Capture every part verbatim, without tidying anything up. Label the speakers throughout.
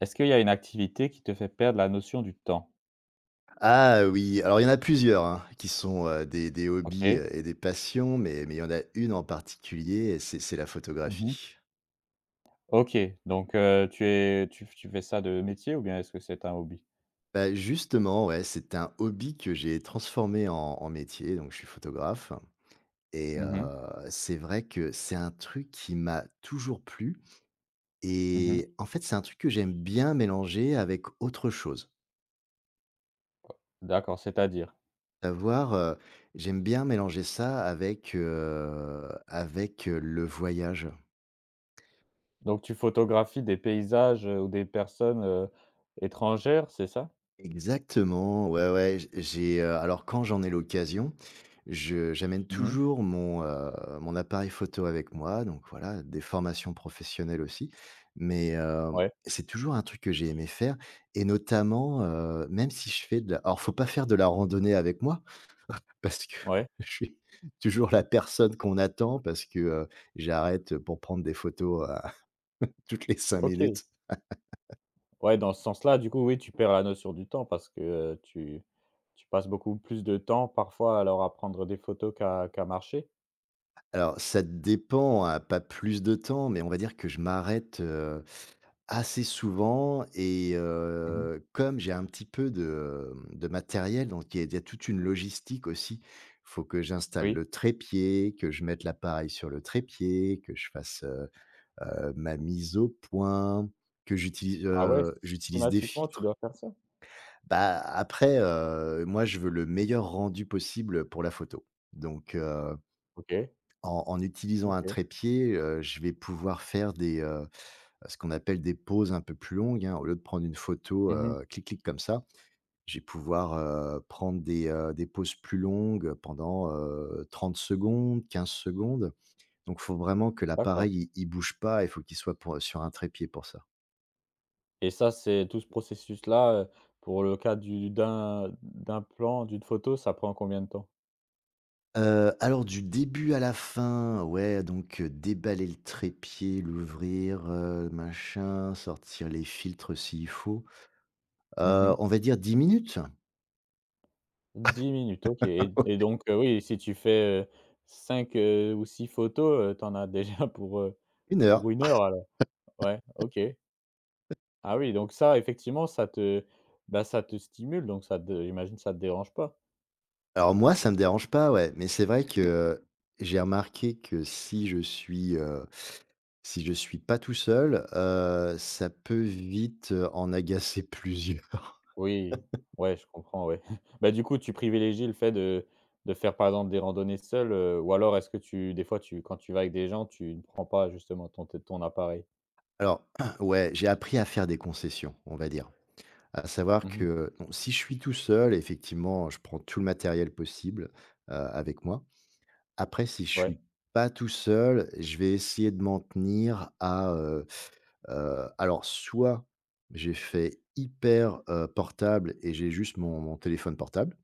Speaker 1: Est-ce qu'il y a une activité qui te fait perdre la notion du temps?
Speaker 2: Ah oui, alors il y en a plusieurs hein, qui sont euh, des, des hobbies
Speaker 1: OK.
Speaker 2: euh, et des passions, mais, mais il y en a une en particulier, et c'est c'est la
Speaker 1: Mmh.
Speaker 2: photographie.
Speaker 1: OK, donc heu, tu es tu tu fais ça de métier ou bien est-ce que c'est un hobby?
Speaker 2: Bah, justement, ouais, c'est un hobby que j'ai transformé en, en métier, donc je suis photographe. Et
Speaker 1: Mmh mh.
Speaker 2: euh, c'est vrai que c'est un truc qui m'a toujours plu.
Speaker 1: Mmh.
Speaker 2: Et en fait, c'est un truc que j'aime bien mélanger avec autre chose.
Speaker 1: D'accord, c'est-à-dire?
Speaker 2: Savoir, euh, j'aime bien mélanger ça avec, euh, avec euh, le voyage.
Speaker 1: Donc tu photographies des paysages, heu, ou des personnes, heu, étrangères, c'est ça?
Speaker 2: Exactement, ouais, ouais, j j'ai, heu, alors quand j'en ai l'occasion, je j'amène
Speaker 1: Mmh.
Speaker 2: toujours mon, heu, mon appareil photo avec moi, donc voilà, des formations professionnelles aussi. Mais, heu,
Speaker 1: Ouais,
Speaker 2: c'est toujours un truc que j'ai aimé faire et notamment, heu, même si je fais de la alors faut pas faire de la randonnée avec moi parce que
Speaker 1: ouais.
Speaker 2: je suis toujours la personne qu'on attend parce que, heu, j'arrête pour prendre des photos à toutes les cinq
Speaker 1: OK.
Speaker 2: minutes.
Speaker 1: Ouais, dans ce sens-là, du coup, oui, tu perds la notion du temps parce que, heu, tu tu passes beaucoup plus de temps parfois, alors, à prendre des photos qu'à qu'à marcher?
Speaker 2: Alors ça dépend, à pas plus de temps, mais on va dire que je m'arrête, Assez souvent et
Speaker 1: Mmh.
Speaker 2: heu, comme j'ai un petit peu de, mmh, de matériel, donc il y a il y a toute une logistique aussi. Il Faut que j'installe
Speaker 1: Oui.
Speaker 2: le trépied, que je mette l'appareil sur le trépied, que je fasse, heu heu, ma mise au point, que j'utilise,
Speaker 1: Ah ouais,
Speaker 2: heu, j'utilise des
Speaker 1: systématiquement, tu
Speaker 2: filtres.
Speaker 1: dois faire ça?
Speaker 2: Bah, après, heu, moi, je veux le meilleur rendu possible pour la photo. Donc heu,
Speaker 1: OK.
Speaker 2: en en utilisant un
Speaker 1: OK.
Speaker 2: trépied, heu, je vais pouvoir faire des, ce qu'on appelle des pauses un peu plus longues, hein. Au lieu de prendre une photo,
Speaker 1: Mmh.
Speaker 2: heu, clic clic comme ça, je vais pouvoir, heu, prendre des, heu, des pauses plus longues pendant, heu, trente secondes, quinze secondes. Donc il faut vraiment que
Speaker 1: D'accord,
Speaker 2: l'appareil, il il bouge pas, il faut qu'il soit pour, sur un trépied pour ça.
Speaker 1: et ça, c'est tout ce processus-là, heu, pour le cas du d'un d'un plan, d'une photo, ça prend combien de temps?
Speaker 2: Heu, alors du début à la fin, ouais, donc, heu, déballer le trépied, l'ouvrir, heu, machin, sortir les filtres s'il faut.
Speaker 1: Mmh
Speaker 2: Heu,
Speaker 1: mh.
Speaker 2: on va dire dix minutes?
Speaker 1: Minutes, OK. Et et donc, heu, oui, si tu fais, cinq ou six photos, heu, tu en as déjà pour, heu,
Speaker 2: Une heure.
Speaker 1: pour une heure alors? Ouais, OK. Ah oui, donc ça, effectivement, ça te, bah, ça te stimule, donc ça te j'imagine que ça te dérange pas?
Speaker 2: Alors moi, ça me dérange pas, ouais, mais c'est vrai que j'ai remarqué que si je suis, heu, si je suis pas tout seul, heu, ça peut vite, heu, en agacer plusieurs.
Speaker 1: Oui, ouais, je comprends, ouais. Bah, du coup, tu privilégies le fait de de faire, par exemple, des randonnées seules, heu, ou alors est-ce que tu des fois, tu quand tu vas avec des gens, tu ne prends pas justement ton t ton appareil?
Speaker 2: Alors ouais, j'ai appris à faire des concessions, on va dire. À savoir
Speaker 1: Mmh.
Speaker 2: que, bon, si je suis tout seul, effectivement, je prends tout le matériel possible, heu, avec moi. Après si je
Speaker 1: Ouais.
Speaker 2: suis pas tout seul, je vais essayer de m'en tenir à, Heu, alors soit j'ai fait hyper, heu, portable et j'ai juste mon mon téléphone portable,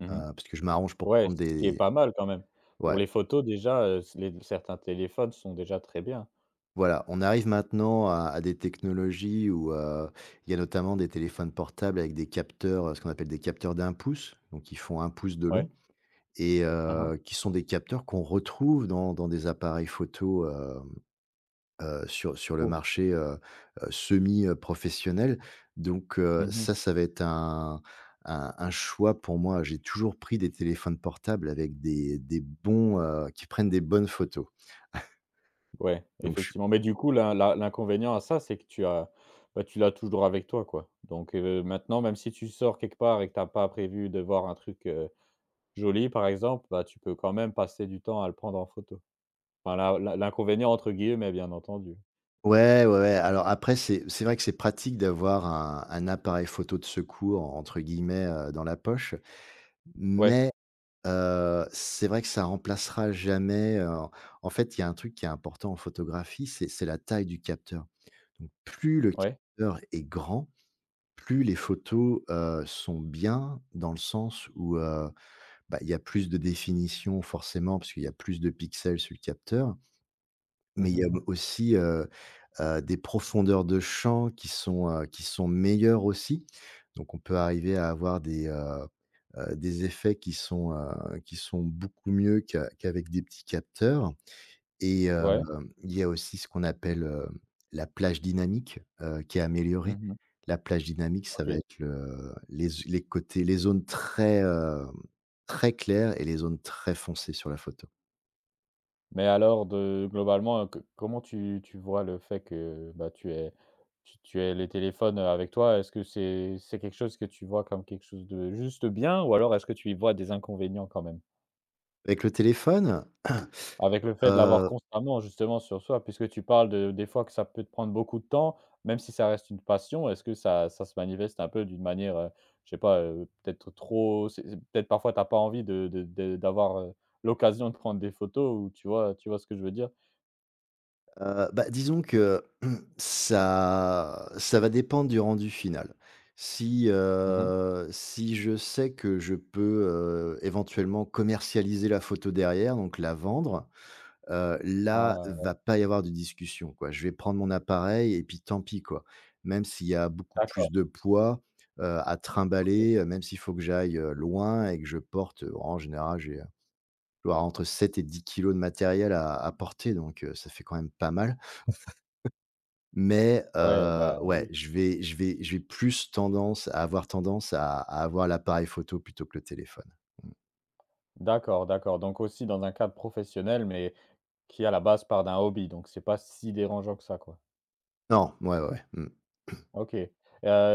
Speaker 1: Mmh.
Speaker 2: heu, parce que je m'arrange pour
Speaker 1: Ouais,
Speaker 2: prendre
Speaker 1: ce qui est
Speaker 2: des
Speaker 1: pas mal quand même.
Speaker 2: ouais,
Speaker 1: Pour les photos déjà, heu, c les certains téléphones sont déjà très bien.
Speaker 2: voilà, on arrive maintenant à à des technologies où, heu, il y a notamment des téléphones portables avec des capteurs, heu, ce qu'on appelle des capteurs d'un pouce, donc qui font un pouce de
Speaker 1: Ouais.
Speaker 2: long et
Speaker 1: Mmh.
Speaker 2: heu, qui sont des capteurs qu'on retrouve dans dans des appareils photo, hem. Heu, sur sur le
Speaker 1: Pro.
Speaker 2: marché, heu heu, semi, professionnel. Donc heu,
Speaker 1: Mmh.
Speaker 2: ça, ça va être un un un choix pour moi. J'ai toujours pris des téléphones portables avec des des bons, heu, qui prennent des bonnes photos.
Speaker 1: Ouais,
Speaker 2: Donc je
Speaker 1: effectivement. Mais du coup, l'in l'in l'inconvénient à ça, c'est que tu as bah, tu l'as toujours avec toi, quoi. Donc heu, maintenant, même si tu sors quelque part et que tu as pas prévu de voir un truc, joli, par exemple, bah, tu peux quand même passer du temps à le prendre en photo. Enfin, l'in l'in «l'inconvénient» entre guillemets, bien entendu.
Speaker 2: Ouais, ouais, ouais. Alors après, c'est c'est vrai que c'est pratique d'avoir un un appareil photo «de secours» entre guillemets, heu, dans la poche.
Speaker 1: Ouais,
Speaker 2: Mais heu, c'est vrai que ça remplacera jamais, heu en fait, il y a un truc qui est important en photographie, c'est c'est la taille du capteur. Donc plus le
Speaker 1: ouais.
Speaker 2: capteur est grand, plus les photos, heu, sont bien dans le sens où, heu, bah, il y a plus de définition forcément parce qu'il y a plus de pixels sur le capteur, mais
Speaker 1: Mmh
Speaker 2: il y
Speaker 1: mh.
Speaker 2: a aussi, heu heu, des profondeurs de champ qui sont, heu, qui sont meilleures aussi. Donc on peut arriver à avoir des, heu heu, des effets qui sont, heu, qui sont beaucoup mieux qu'a qu'avec des petits capteurs. Et heu,
Speaker 1: Ouais.
Speaker 2: il y a aussi ce qu'on appelle, heu, la plage dynamique, heu, qui est améliorée.
Speaker 1: Mmh mh.
Speaker 2: La plage dynamique, ça va
Speaker 1: OK.
Speaker 2: être le les les côtés les zones très, hem, très claires et les zones très foncées sur la photo.
Speaker 1: Mais alors de globalement, heu, co comment tu tu vois le fait que, bah, tu aies tu tu aies les téléphones, heu, avec toi? Est-ce que c'est c'est quelque chose que tu vois comme quelque chose de juste bien ou alors est-ce que tu y vois des inconvénients quand même?
Speaker 2: Avec le téléphone,
Speaker 1: Avec le fait de l'avoir
Speaker 2: heu
Speaker 1: constamment justement sur soi, puisque tu parles de des fois que ça peut te prendre beaucoup de temps, même si ça reste une passion, est-ce que ça ça se manifeste un peu d'une manière, heu, je sais pas, heu, peut-être trop c'est c'est peut-être parfois tu as pas envie de de de d'avoir, heu, l'occasion de prendre des photos ou tu vois tu vois ce que je veux dire?
Speaker 2: heu, bah, disons que ça ça va dépendre du rendu final. Si,
Speaker 1: Mmh mh.
Speaker 2: heu, si je sais que je peux, heu, éventuellement commercialiser la photo derrière, donc la vendre, heu, là,
Speaker 1: Ah,
Speaker 2: va pas y avoir de discussion, quoi. Je vais prendre mon appareil et puis tant pis, quoi. Même s'il y a beaucoup plus
Speaker 1: d'accord,
Speaker 2: de poids, heu, à
Speaker 1: OK.
Speaker 2: trimballer, heu, même s'il faut que j'aille, heu, loin et que je porte, heu, en général, j'ai, heu, je dois avoir entre sept et dix kilos de matériel à à porter, donc heu, ça fait quand même pas mal. Mais
Speaker 1: Ouais,
Speaker 2: heu,
Speaker 1: bah,
Speaker 2: ouais, je vais je vais j'ai plus tendance à avoir tendance à à avoir l'appareil photo plutôt que le téléphone. Mmh.
Speaker 1: d'accord, d'accord, donc aussi dans un cadre professionnel, mais qui à la base part d'un hobby, donc c'est pas si dérangeant que ça, quoi.
Speaker 2: Non, ouais, ouais, ouais. Mmh.
Speaker 1: OK, heu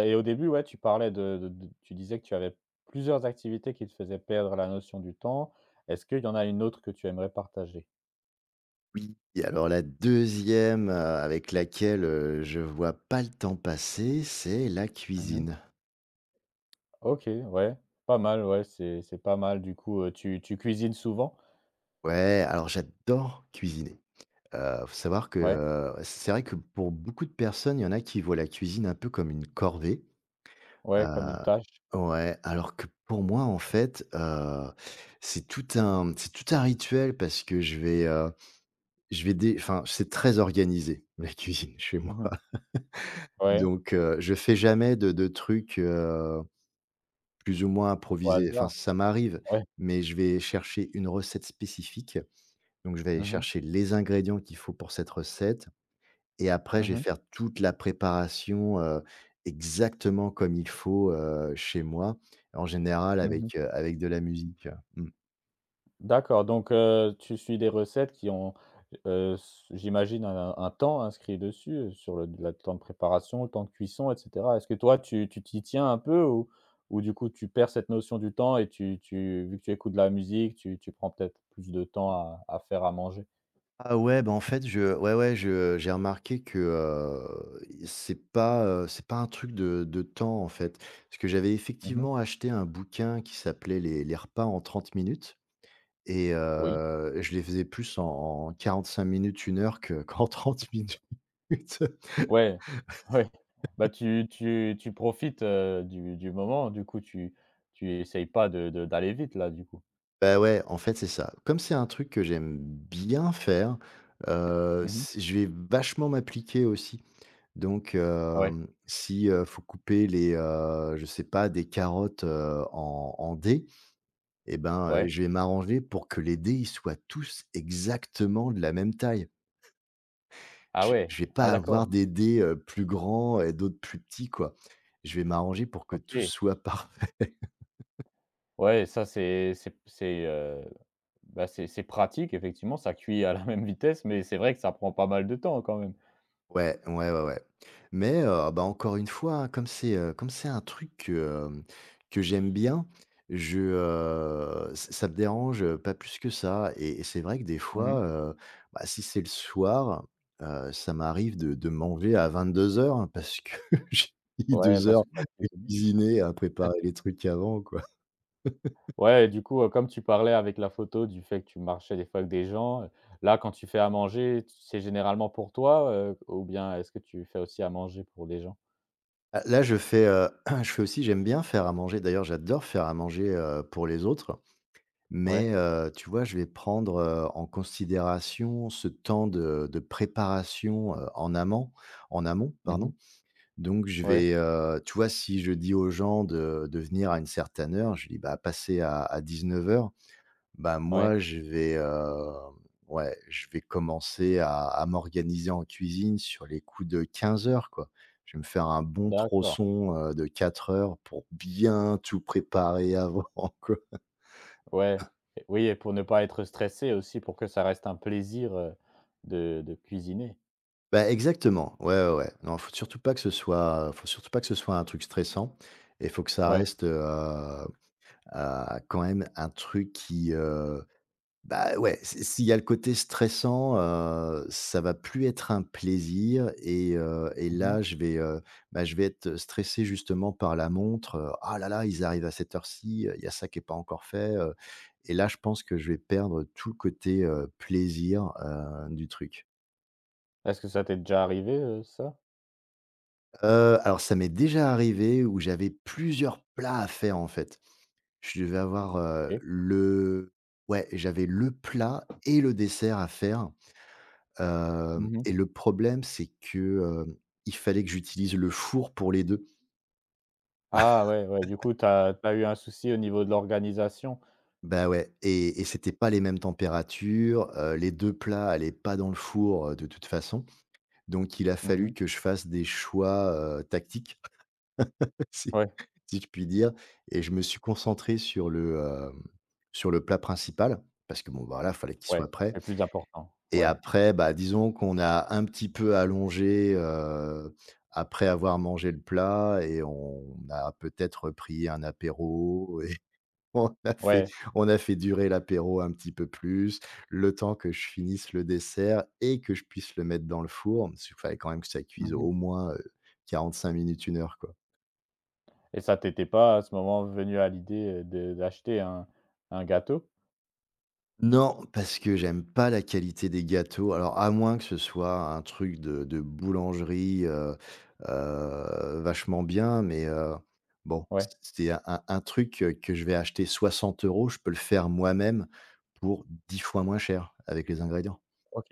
Speaker 1: et au début, ouais, tu parlais de de de tu disais que tu avais plusieurs activités qui te faisaient perdre la notion du temps. Est-ce qu'il y en a une autre que tu aimerais partager?
Speaker 2: Oui, et alors la deuxième e avec laquelle, heu, je vois pas le temps passer, c'est la
Speaker 1: Mmh.
Speaker 2: cuisine.
Speaker 1: OK, ouais, pas mal, ouais, c'est c'est pas mal du coup, heu, tu tu cuisines souvent?
Speaker 2: Ouais, alors j'adore cuisiner. Heu, faut savoir que,
Speaker 1: Ouais,
Speaker 2: heu, c'est vrai que pour beaucoup de personnes, il y en a qui voient la cuisine un peu comme une corvée.
Speaker 1: ouais, comme
Speaker 2: Heu,
Speaker 1: une tâche.
Speaker 2: ouais, alors que pour moi, en fait, heu, c'est tout un c'est tout un rituel parce que je vais, heu, je vais dé enfin, c'est très organisé, la cuisine chez moi.
Speaker 1: Mmh. Ouais,
Speaker 2: Donc, heu, je fais jamais de de trucs, Plus ou moins
Speaker 1: au
Speaker 2: improviser, enfin
Speaker 1: hasard,
Speaker 2: ça m'arrive,
Speaker 1: ouais.
Speaker 2: mais je vais chercher une recette spécifique. Donc je vais aller
Speaker 1: Mmh mh.
Speaker 2: chercher les ingrédients qu'il faut pour cette recette et après je vais
Speaker 1: Mmh.
Speaker 2: faire toute la préparation, heu, exactement comme il faut, heu, chez moi, en général
Speaker 1: Mmh.
Speaker 2: avec, heu, avec de la musique. Mmh.
Speaker 1: D'accord, donc heu, tu suis des recettes qui ont, heu, s j'imagine un un temps inscrit dessus, heu, sur le la le temps de préparation, le temps de cuisson et cetera. Est-ce que toi, tu tu t'y tiens un peu ou ou du coup, tu perds cette notion du temps et tu tu vu que tu écoutes de la musique, tu tu prends peut-être plus de temps à à faire à manger?
Speaker 2: Ah ouais, bah, en fait je ouais, ouais, je j'ai remarqué que, heu, c'est pas, heu, c'est pas un truc de de temps en fait. Parce que j'avais
Speaker 1: Mmh.
Speaker 2: effectivement acheté un bouquin qui s'appelait les les repas en trente minutes. Et
Speaker 1: Oui.
Speaker 2: heu, je les faisais plus en en cinq minutes, une heure que qu'en trente minutes.
Speaker 1: Ouais, ouais. Bah, tu tu tu profites, heu, du du moment, du coup, tu tu essayes pas de de d'aller vite là, du coup?
Speaker 2: Bah, ouais, en fait, c'est ça. Comme c'est un truc que j'aime bien faire, heu,
Speaker 1: Mmh mh.
Speaker 2: c'est je vais vachement m'appliquer aussi. Donc,
Speaker 1: Ouais,
Speaker 2: hem, si, heu, faut couper les, heu, je sais pas, des carottes, heu, en en dés et ben, heu,
Speaker 1: ouais.
Speaker 2: je vais m'arranger pour que les dés, ils soient tous exactement de la même taille.
Speaker 1: Ah
Speaker 2: Je
Speaker 1: ouais,
Speaker 2: je vais pas
Speaker 1: ah
Speaker 2: avoir
Speaker 1: d'accord,
Speaker 2: des dés, heu, plus grands et d'autres plus petits, quoi. Je vais m'arranger pour que tout
Speaker 1: OK.
Speaker 2: soit parfait.
Speaker 1: Ouais, ça c'est c'est c'est, heu, bah, c'est c'est pratique, effectivement, ça cuit à la même vitesse, mais c'est vrai que ça prend pas mal de temps quand même.
Speaker 2: Ouais, ouais, ouais, ouais. Mais, heu, bah, encore une fois, hein, comme c'est, heu, comme c'est un truc que, hem, que j'aime bien, je, heu, ç ça me dérange, heu, pas plus que ça et et c'est vrai que des
Speaker 1: Mmh
Speaker 2: fois,
Speaker 1: mh.
Speaker 2: heu, bah, si c'est le soir, heu, ça m'arrive de de manger à vingt-deux heures hein, parce que j'ai mis
Speaker 1: Ouais,
Speaker 2: deux
Speaker 1: parce
Speaker 2: heures
Speaker 1: que ça
Speaker 2: à
Speaker 1: cuisine.
Speaker 2: cuisiner, à préparer les trucs avant, quoi.
Speaker 1: Ouais, du coup, heu, comme tu parlais avec la photo du fait que tu marchais des fois avec des gens, heu, là quand tu fais à manger, t c'est généralement pour toi, heu, ou bien est-ce que tu fais aussi à manger pour des gens?
Speaker 2: Bah, là, je fais, heu, je fais aussi j'aime bien faire à manger. D'ailleurs, j'adore faire à manger, heu, pour les autres,
Speaker 1: Ouais.
Speaker 2: mais heu, tu vois, je vais prendre, heu, en considération ce temps de de préparation, heu, en amont. En amont,
Speaker 1: Mmh mh.
Speaker 2: pardon. Donc je
Speaker 1: Ouais,
Speaker 2: vais, heu, tu vois, si je dis aux gens de de venir à une certaine heure, je dis: «Bah, passez à à dix-neuf heures. Bah, moi,
Speaker 1: ouais.
Speaker 2: je vais, hem, ouais, je vais commencer à à m'organiser en cuisine sur les coups de quinze heures quoi. Je vais me faire un bon
Speaker 1: D'accord.
Speaker 2: tronçon, heu, de quatre heures pour bien tout préparer avant, quoi.
Speaker 1: Ouais. Et oui, et pour ne pas être stressé aussi, pour que ça reste un plaisir, heu, de de cuisiner.
Speaker 2: Bah, exactement, ouais, ouais, ouais. Non, faut surtout pas que ce soit faut surtout pas que ce soit un truc stressant et faut que ça
Speaker 1: Ouais.
Speaker 2: reste, heu heu, quand même un truc qui, euh, bah, ouais, si s'il y a le côté stressant, heu, ça va plus être un plaisir et heu et
Speaker 1: Mmh mh.
Speaker 2: là, je vais, heu, bah, je vais être stressé justement par la montre, heu: «Ah là là, ils arrivent à cette heure-ci, heu, il y a ça qui est pas encore fait», heu et là, je pense que je vais perdre tout le côté, heu, plaisir, heu, du truc.
Speaker 1: Est-ce que ça t'est déjà arrivé, heu, ça?
Speaker 2: Heu, alors ça m'est déjà arrivé où j'avais plusieurs plats à faire, en fait. Je devais avoir, heu,
Speaker 1: OK.
Speaker 2: le ouais, j'avais le plat et le dessert à faire. Heu
Speaker 1: Mmh mh.
Speaker 2: et le problème, c'est que, hem, il fallait que j'utilise le four pour les deux.
Speaker 1: Ah ouais, ouais, du coup, tu as tu as eu un souci au niveau de l'organisation?
Speaker 2: Bah, ouais et et c'était pas les mêmes températures, heu, les deux plats allaient pas dans le four, heu, de toute façon. Donc il a
Speaker 1: Mmh
Speaker 2: fallu
Speaker 1: mh.
Speaker 2: que je fasse des choix, heu, tactiques, si
Speaker 1: Ouais,
Speaker 2: si je puis dire et je me suis concentré sur le, hem, sur le plat principal parce que, bon, voilà, fallait qu'il
Speaker 1: ouais,
Speaker 2: soit prêt.
Speaker 1: c'est plus important.
Speaker 2: Et
Speaker 1: Ouais,
Speaker 2: après, bah, disons qu'on a un petit peu allongé, heu, après avoir mangé le plat et on a peut-être pris un apéro et on a fait
Speaker 1: ouais.
Speaker 2: on a fait durer l'apéro un petit peu plus, le temps que je finisse le dessert et que je puisse le mettre dans le four. Parce qu'il fallait quand même que ça cuise
Speaker 1: Mmh mh.
Speaker 2: au moins, heu, quarante-cinq minutes, une heure, quoi.
Speaker 1: Et ça t'était pas, à ce moment, venu à l'idée, heu, de d'acheter un un gâteau?
Speaker 2: Non, parce que j'aime pas la qualité des gâteaux. Alors, à moins que ce soit un truc de de boulangerie, heu heu, vachement bien, mais heu, bon, c
Speaker 1: Ouais,
Speaker 2: c'est un un un truc, heu, que je vais acheter soixante euros. je peux le faire moi-même pour dix fois moins cher avec les ingrédients.
Speaker 1: OK.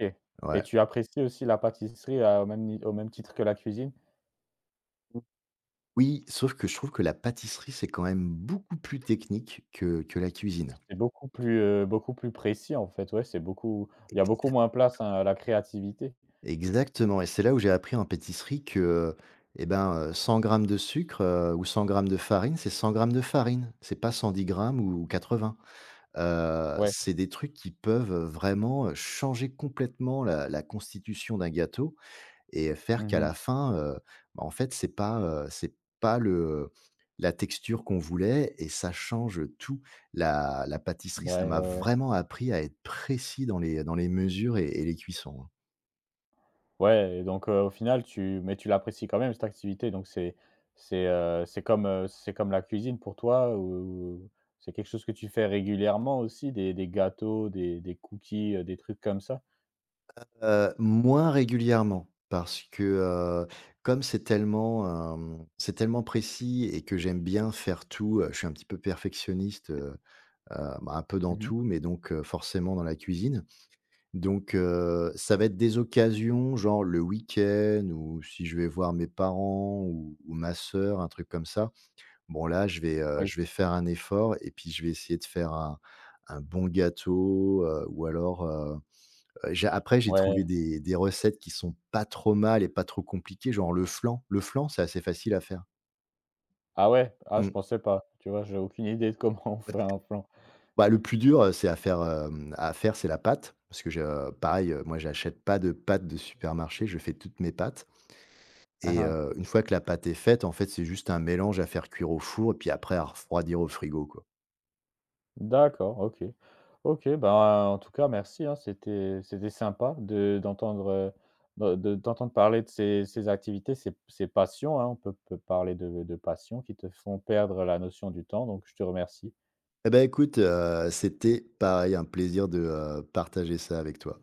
Speaker 1: Et
Speaker 2: Ouais.
Speaker 1: tu apprécies aussi la pâtisserie à au même ni au même titre que la cuisine?
Speaker 2: Oui, sauf que je trouve que la pâtisserie, c'est quand même beaucoup plus technique que que la cuisine.
Speaker 1: C'est beaucoup plus, heu, beaucoup plus précis, en fait, ouais, c'est beaucoup il y a beaucoup moins place, hein, à la créativité.
Speaker 2: Exactement et c'est là où j'ai appris en pâtisserie que, heu et ben, heu, cent grammes de sucre, heu, ou cent grammes de farine, c'est cent grammes de farine. C'est pas cent dix grammes ou quatre-vingts. Heu,
Speaker 1: Ouais.
Speaker 2: c'est des trucs qui peuvent, vraiment, euh, changer complètement la la constitution d'un gâteau et faire
Speaker 1: Mmh
Speaker 2: qu'à
Speaker 1: mh.
Speaker 2: la fin, heu, bah, en fait, c'est pas, heu, c'est pas le la texture qu'on voulait et ça change tout. La la pâtisserie, ça
Speaker 1: Ouais,
Speaker 2: m'a
Speaker 1: ouais, ouais.
Speaker 2: vraiment appris à être précis dans les dans les mesures et et les cuissons, ouais.
Speaker 1: Ouais, et donc heu, au final tu mais tu l'apprécies quand même cette activité, donc c'est c'est, heu, c'est comme, heu, c'est comme la cuisine pour toi, ou c'est quelque chose que tu fais régulièrement aussi, des des gâteaux, des des cookies, heu, des trucs comme ça?
Speaker 2: Heu, moins régulièrement parce que, heu, comme c'est tellement, hem, c'est tellement précis et que j'aime bien faire tout, heu, je suis un petit peu perfectionniste, heu, heu, bah, un peu dans
Speaker 1: Mmh.
Speaker 2: tout, mais donc heu, forcément dans la cuisine. Donc heu, ça va être des occasions, genre le week-end ou si je vais voir mes parents ou ou ma sœur, un truc comme ça. Bon là, je vais, heu,
Speaker 1: Oui.
Speaker 2: je vais faire un effort et puis je vais essayer de faire un un bon gâteau, heu, ou alors, heu Heu, j'ai après j'ai trouvé
Speaker 1: Ouais.
Speaker 2: des des recettes qui sont pas trop mal et pas trop compliquées, genre le flan. Le flan, c'est assez facile à faire.
Speaker 1: Ah ouais? Ah, je
Speaker 2: Mmh.
Speaker 1: pensais pas. Tu vois? J'ai aucune idée de comment on ferait un flan.
Speaker 2: Bah, le plus dur, heu, c'est à faire, hem, à faire, c'est la pâte parce que je pareil, heu, moi, j'achète pas de pâte de supermarché, je fais toutes mes pâtes et
Speaker 1: Mmh.
Speaker 2: heu, une fois que la pâte est faite, en fait, c'est juste un mélange à faire cuire au four et puis après à refroidir au frigo, quoi.
Speaker 1: D'accord, OK. OK, ben, en tout cas, merci, hein, c'était c'était sympa de d'entendre, heu, bah, de d'entendre parler de ces ces activités, ces ces passions, hein, on peut peut parler de de passions qui te font perdre la notion du temps, donc je te remercie.
Speaker 2: Eh ben écoute, heu, c'était pareil un plaisir de, heu, partager ça avec toi.